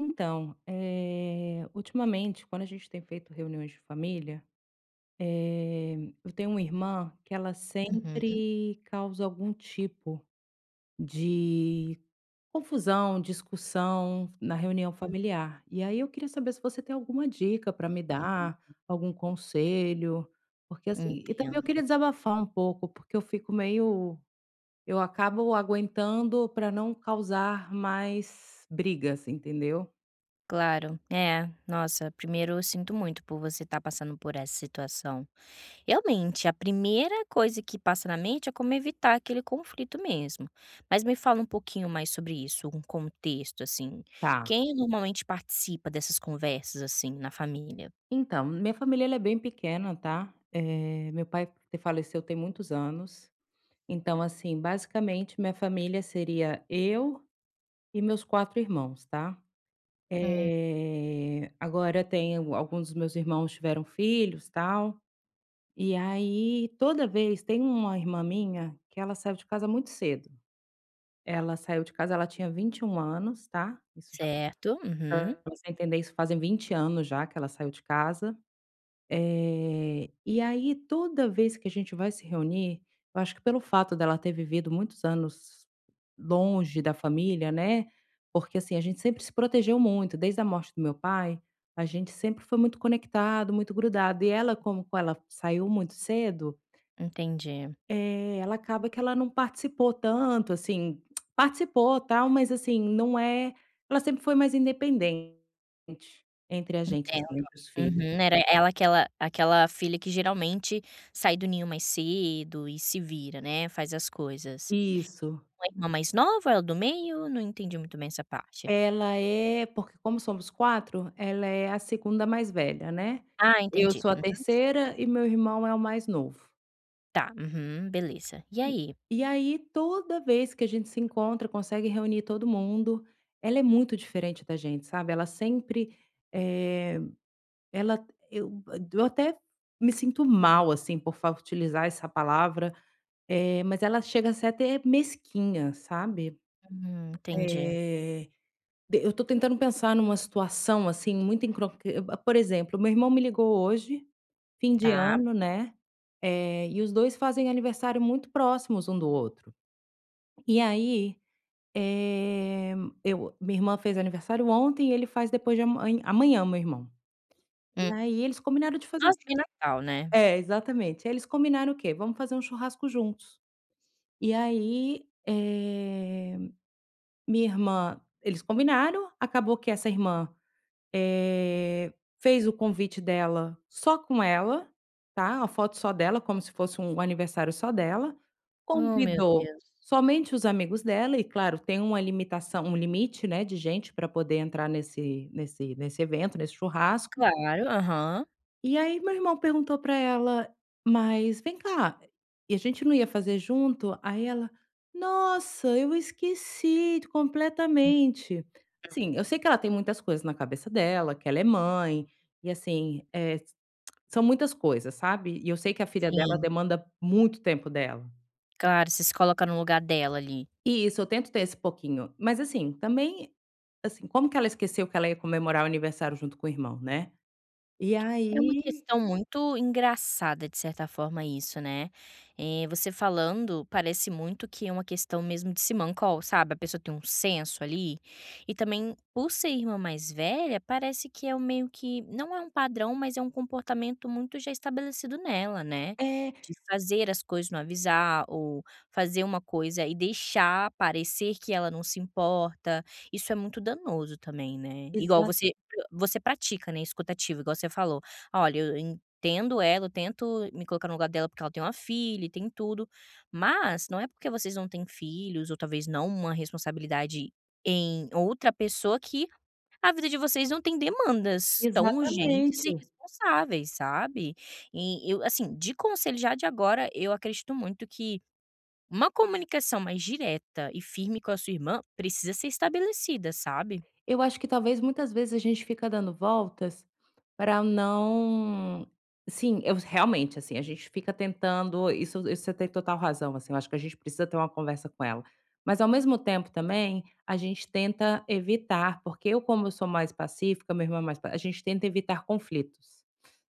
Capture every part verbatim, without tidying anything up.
Então, eh, ultimamente, quando a gente tem feito reuniões de família, eh, eu tenho uma irmã que ela Uhum, sempre causa algum tipo de confusão, discussão na reunião uhum. familiar. E aí eu queria saber se você tem alguma dica para me dar, algum conselho, porque assim, e também eu Entendo. queria desabafar um pouco, porque eu fico meio, eu acabo aguentando para não causar mais brigas, entendeu? Claro. É, nossa, primeiro eu sinto muito por você estar passando por essa situação. Realmente, a primeira coisa que passa na mente é como evitar aquele conflito mesmo. Mas me fala um pouquinho mais sobre isso, um contexto, assim. Tá. Quem normalmente participa dessas conversas, assim, na família? Então, minha família ela é bem pequena, tá? Eh, meu pai te- faleceu tem muitos anos. Então, assim, basicamente, minha família seria eu e meus quatro irmãos, tá? Hum, Eh, agora tem alguns dos meus irmãos tiveram filhos, tal. E aí, toda vez, tem uma irmã minha que ela saiu de casa muito cedo. Ela saiu de casa, ela tinha vinte e um anos, tá? Isso já, certo. Uhum, para você entender, isso fazem vinte anos já que ela saiu de casa. Eh, e aí toda vez que a gente vai se reunir, eu acho que pelo fato dela ter vivido muitos anos longe da família, né, porque, assim, a gente sempre se protegeu muito, desde a morte do meu pai, a gente sempre foi muito conectado, muito grudado, e ela como ela saiu muito cedo, entendi. eh, ela acaba que ela não participou tanto, assim, participou tal, mas, assim, não é ela sempre foi mais independente entre a gente, Entendo. assim, entre os filhos. Uhum, era ela aquela aquela filha que geralmente sai do ninho mais cedo e se vira, né, faz as coisas. Isso. Uma irmã mais nova, ela do meio? Não entendi muito bem essa parte. Ela é porque como somos quatro ela é a segunda mais velha, né. Ah, Eu entendi. sou a Uhum, certo. terceira e meu irmão é o mais novo. Tá, uhum, beleza. E aí? E aí toda vez que a gente se encontra, consegue reunir todo mundo, ela é muito diferente da gente, sabe. Ela sempre, eh, ela eu eu até me sinto mal, assim, por fa utilizar essa palavra, eh, mas ela chega a ser até mesquinha, sabe. Hum, entendi. Eh De eu tô tentando pensar numa situação, assim, muito encroque eh, por exemplo, meu irmão me ligou hoje, fim de Tá. ano, né, eh, e os dois fazem aniversário muito próximos um do outro. E aí, eh, eu minha irmã fez aniversário ontem e ele faz depois de aman amanhã, meu irmão. E Hum. aí eles combinaram de fazer um Nossa, chu bem Natal, né. é, exatamente. Aí eles combinaram o quê? "Vamos fazer um churrasco juntos". E aí, eh, minha irmã eles combinaram, acabou que essa irmã Eh, fez o convite dela só com ela, tá, a foto só dela, como se fosse um aniversário só dela, Oh, meu convidou Deus. somente os amigos dela e claro, tem uma limitação um limite, né, de gente para poder entrar nesse nesse nesse evento, nesse churrasco. Claro, aham. E aí meu irmão perguntou pra ela: "Mas vem cá, e a gente não ia fazer junto?" Aí ela: "Nossa, eu esqueci Uhum. completamente". Assim, eu sei que ela tem muitas coisas na cabeça dela, que ela é mãe, e assim, eh, são muitas coisas, sabe. E eu sei que a filha dela Sim, demanda muito tempo dela. claro, você se coloca no lugar dela ali. E isso, eu tento ter esse pouquinho. Mas assim, também, assim, como que ela esqueceu que ela ia comemorar o aniversário junto com o irmão, né. E É uma aí questão muito engraçada, de certa forma, isso, né. Eh, você falando, parece muito que é uma questão mesmo de simancol, sabe, a pessoa tem um senso ali. E também, por ser irmã mais velha, parece que é o meio que não é um padrão, mas é um comportamento muito já estabelecido nela, né, é, de fazer as coisas, não avisar ou fazer uma coisa e deixar parecer que ela não se importa. Isso é muito danoso também, né. Igual exa você você pratica, né, escutativa, igual você falou. Olha, eu entendo ela, eu tento me colocar no lugar dela, porque ela tem uma filha e tem tudo, mas não é porque vocês não têm filhos, ou talvez não uma responsabilidade em outra pessoa, que a vida de vocês não tem demandas tão urgentes e exatamente. responsáveis, sabe. E eu, assim, de conselho já de agora, eu acredito muito que uma comunicação mais direta e firme com a sua irmã precisa ser estabelecida, sabe. Eu acho que talvez muitas vezes a gente fica dando voltas para não sim, eu realmente, assim, a gente fica tentando isso isso você tem total razão, assim, eu acho que a gente precisa ter uma conversa com ela. Mas ao mesmo tempo também, a gente tenta evitar, porque eu como eu sou mais pacífica, meu irmão é mais pa a gente tenta evitar conflitos,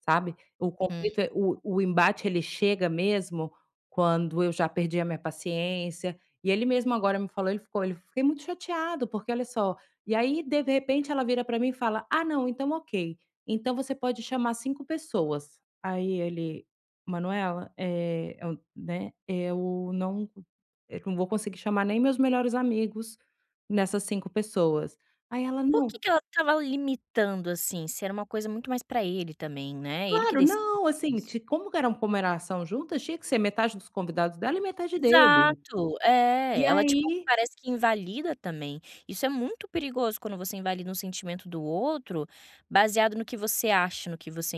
sabe. O conflito é o o embate ele chega mesmo quando eu já perdi a minha paciência, e ele mesmo agora me falou, ele ficou ele: "Fiquei muito chateado, porque olha só". E aí, de repente, ela vira para mim e fala: "Ah, não, então ok. Então você pode chamar cinco pessoas". Aí ele: "Manuela, eh, eu, né, eu não eu não vou conseguir chamar nem meus melhores amigos nessas cinco pessoas". Aí ela: Por "Não, que que ela estava limitando, assim? Se era uma coisa muito mais pra ele também, né, ele que claro, decidia não, assim, isso. ti como era uma comemoração junta, tinha que ser metade dos convidados dela e metade dele". Exato, é, E ela tipo aí, parece que invalida também. Isso é muito perigoso quando você invalida um sentimento do outro, baseado no que você acha, no que você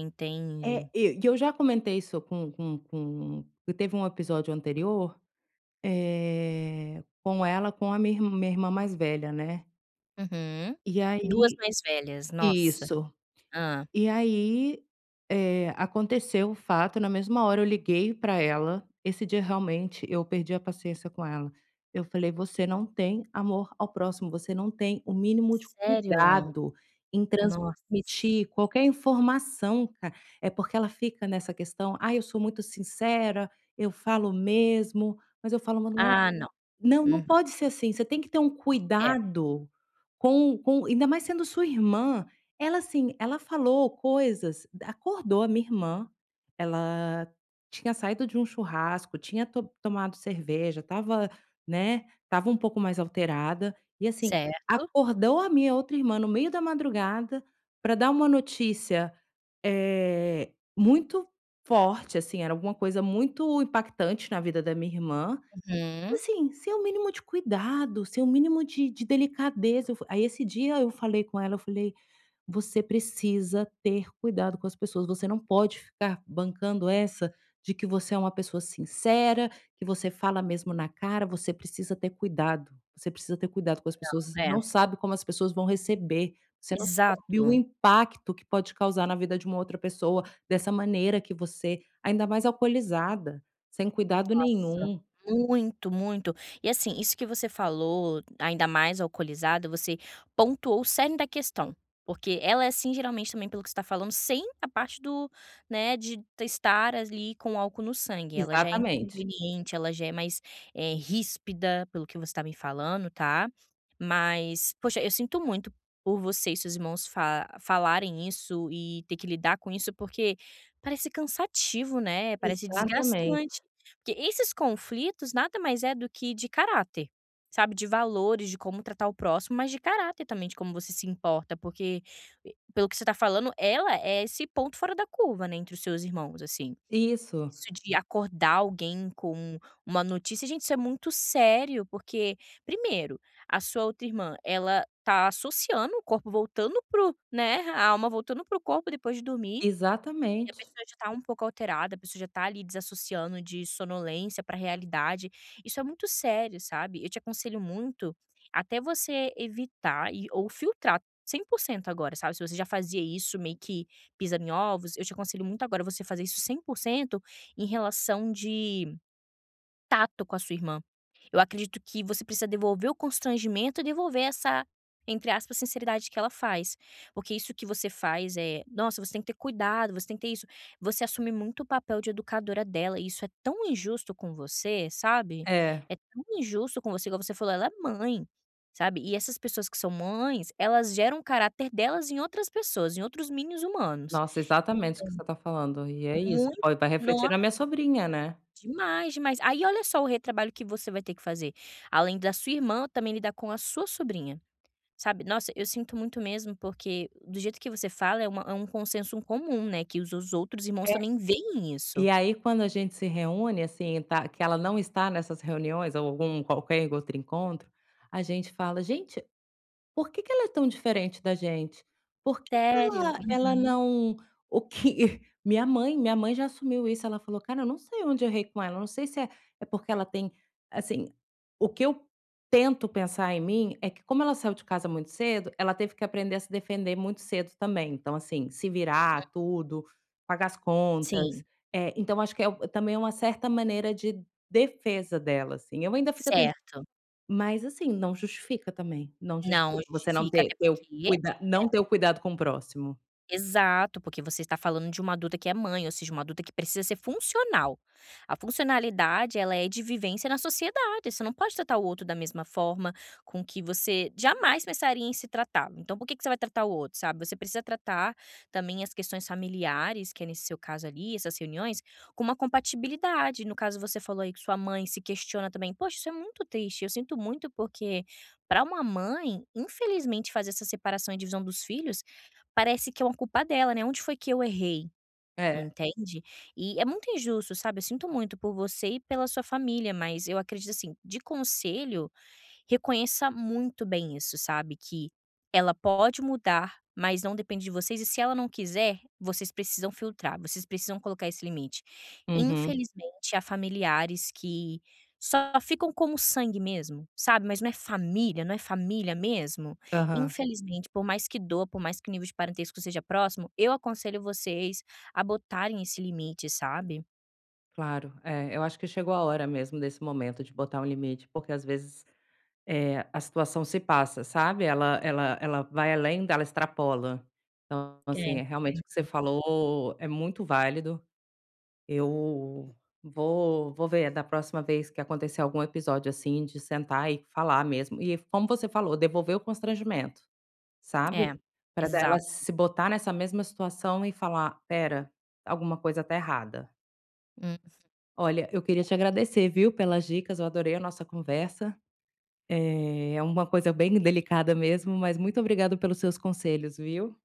eh, entende. e e eu já comentei isso com com com teve um episódio anterior Eh, com ela, com a minha irm minha irmã mais velha, né. Uhum. E duas aí mais velhas, nossa. isso. Hã. E aí, eh, aconteceu o fato, na mesma hora eu liguei para ela, esse dia realmente eu perdi a paciência com ela. Eu falei: "Você não tem amor ao próximo, você não tem o mínimo de Sério? cuidado em Nossa. transmitir qualquer informação, cara". É porque ela fica nessa questão: "ah, eu sou muito sincera, eu falo mesmo", mas eu falo Ah, não. não, não Uhum. pode ser assim, você tem que ter um É, cuidado com com ainda mais sendo sua irmã. Ela, assim, ela falou coisas acordou a minha irmã, ela tinha saído de um churrasco, tinha to tomado cerveja, tava, né, tava um pouco mais alterada, e assim, certo. acordou a minha outra irmã no meio da madrugada para dar uma notícia, eh, muito forte, assim, era alguma coisa muito impactante na vida da minha irmã. Uhum. Assim, sem o mínimo de cuidado, sem o mínimo de de delicadeza, eu fa aí esse dia eu falei com ela, eu falei: "Você precisa ter cuidado com as pessoas, você não pode ficar bancando essa de que você é uma pessoa sincera, que você fala mesmo na cara, você precisa ter cuidado, você precisa ter cuidado com as pessoas, você É, não sabe como as pessoas vão receber, você não sabe o exato. impacto que pode causar na vida de uma outra pessoa, dessa maneira que você ainda mais alcoolizada, sem cuidado Nossa, nenhum". muito, muito. E assim, isso que você falou, ainda mais alcoolizado, você pontuou o cerne da questão. Porque ela é assim, geralmente, também, pelo que você tá falando, sem a parte do, né, de estar ali com álcool no sangue. Ela já é Exatamente. inconveniente, ela já é mais eh, ríspida, pelo que você está me falando, tá? Mas, poxa, eu sinto muito por você e seus irmãos fa- falarem isso e ter que lidar com isso, porque parece cansativo, né? Parece Exatamente. desgastante. Porque esses conflitos nada mais é do que de caráter, sabe, de valores, de como tratar o próximo, mas de caráter também, de como você se importa, porque e pelo que você tá falando, ela é esse ponto fora da curva, né, entre os seus irmãos, assim. Isso, Isso de acordar alguém com uma notícia, gente, isso é muito sério, porque, primeiro, a sua outra irmã, ela tá associando o corpo voltando pro, né, a alma voltando pro corpo depois de dormir e a exatamente. pessoa já tá um pouco alterada, a pessoa já tá ali desassociando de sonolência pra realidade. Isso é muito sério, sabe. Eu te aconselho muito até você evitar e ou filtrar cem por cento agora, sabe. Se você já fazia isso meio que pisando em ovos, eu te aconselho muito agora você fazer isso cem por cento em relação de tato com a sua irmã. Eu acredito que você precisa devolver o constrangimento e devolver essa, entre aspas, sinceridade que ela faz. Porque isso que você faz é, nossa, você tem que ter cuidado, você tem que ter isso. Você assume muito o papel de educadora dela, e isso é tão injusto com você, sabe? É. É tão injusto com você, igual você falou, ela é mãe, sabe? E essas pessoas que são mães, elas geram o caráter delas em outras pessoas, em outros minions humanos. Nossa, exatamente o que você tá falando. E é isso, Muito pô, vai refletir na minha sobrinha, né. Demais, demais. Aí olha só o retrabalho que você vai ter que fazer. Além da sua irmã, também lidar com a sua sobrinha, sabe. Nossa, eu sinto muito mesmo, porque do jeito que você fala é uma é um consenso comum, né, que os os outros irmãos É, também veem isso. e aí quando a gente se reúne, assim, tá que ela não está nessas reuniões ou algum qualquer outro encontro, a gente fala: "Gente, por que que ela é tão diferente da gente? Por que que Sério? ela ela Uhum. não o que" minha mãe minha mãe já assumiu isso, ela falou: "Cara, eu não sei onde eu errei com ela, eu não sei se é é porque ela tem", assim, o que eu tento pensar em mim é que como ela saiu de casa muito cedo, ela teve que aprender a se defender muito cedo também. Então, assim, se virar, tudo, pagar as contas. Sim, Eh, então acho que é o também é uma certa maneira de defesa dela, assim. Eu ainda fico certo. mas assim, não justifica também, não Não, justifica você não justifica, ter até ter o porque cuida não ter o cuidado com o próximo. Exato, porque você está falando de uma adulta que é mãe, ou seja, uma adulta que precisa ser funcional. A funcionalidade, ela é de vivência na sociedade, você não pode tratar o outro da mesma forma com que você jamais pensaria em se tratar. Então, por que que você vai tratar o outro, sabe? Você precisa tratar também as questões familiares, que é nesse seu caso ali, essas reuniões, com uma compatibilidade. No caso, você falou aí que sua mãe se questiona também. Poxa, isso é muito triste, eu sinto muito porque para uma mãe, infelizmente, fazer essa separação e divisão dos filhos parece que é uma culpa dela, né, "Onde foi que eu errei?", É. entende? E é muito injusto, sabe, eu sinto muito por você e pela sua família, mas eu acredito, assim, de conselho reconheça muito bem isso, sabe, que ela pode mudar, mas não depende de vocês e se ela não quiser, vocês precisam filtrar, vocês precisam colocar esse limite. Uhum. Infelizmente, há familiares que só ficam como sangue mesmo, sabe, mas não é família, não é família mesmo. Aham. Infelizmente, por mais que doa, por mais que o nível de parentesco seja próximo, eu aconselho vocês a botarem esse limite, sabe. Claro. É, eu acho que chegou a hora mesmo desse momento de botar um limite, porque às vezes, eh, a situação se passa, sabe, ela ela ela vai além, ela extrapola. Então, assim, É, é realmente o que você falou é muito válido. Eu vou vou ver da próxima vez que acontecer algum episódio, assim, de sentar e falar mesmo. E como você falou, devolver o constrangimento, sabe? é, Para ela exato. se botar nessa mesma situação e falar: "pera, alguma coisa tá errada". Hum. Olha, eu queria te agradecer, viu, pelas dicas, eu adorei a nossa conversa. Eh, é uma coisa bem delicada mesmo, mas muito obrigado pelos seus conselhos, viu?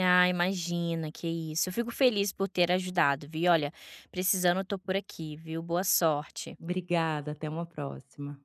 Ah, imagina, que isso. Eu fico feliz por ter ajudado, viu? Olha, precisando, eu tô por aqui, viu? Boa sorte. Obrigada, até uma próxima.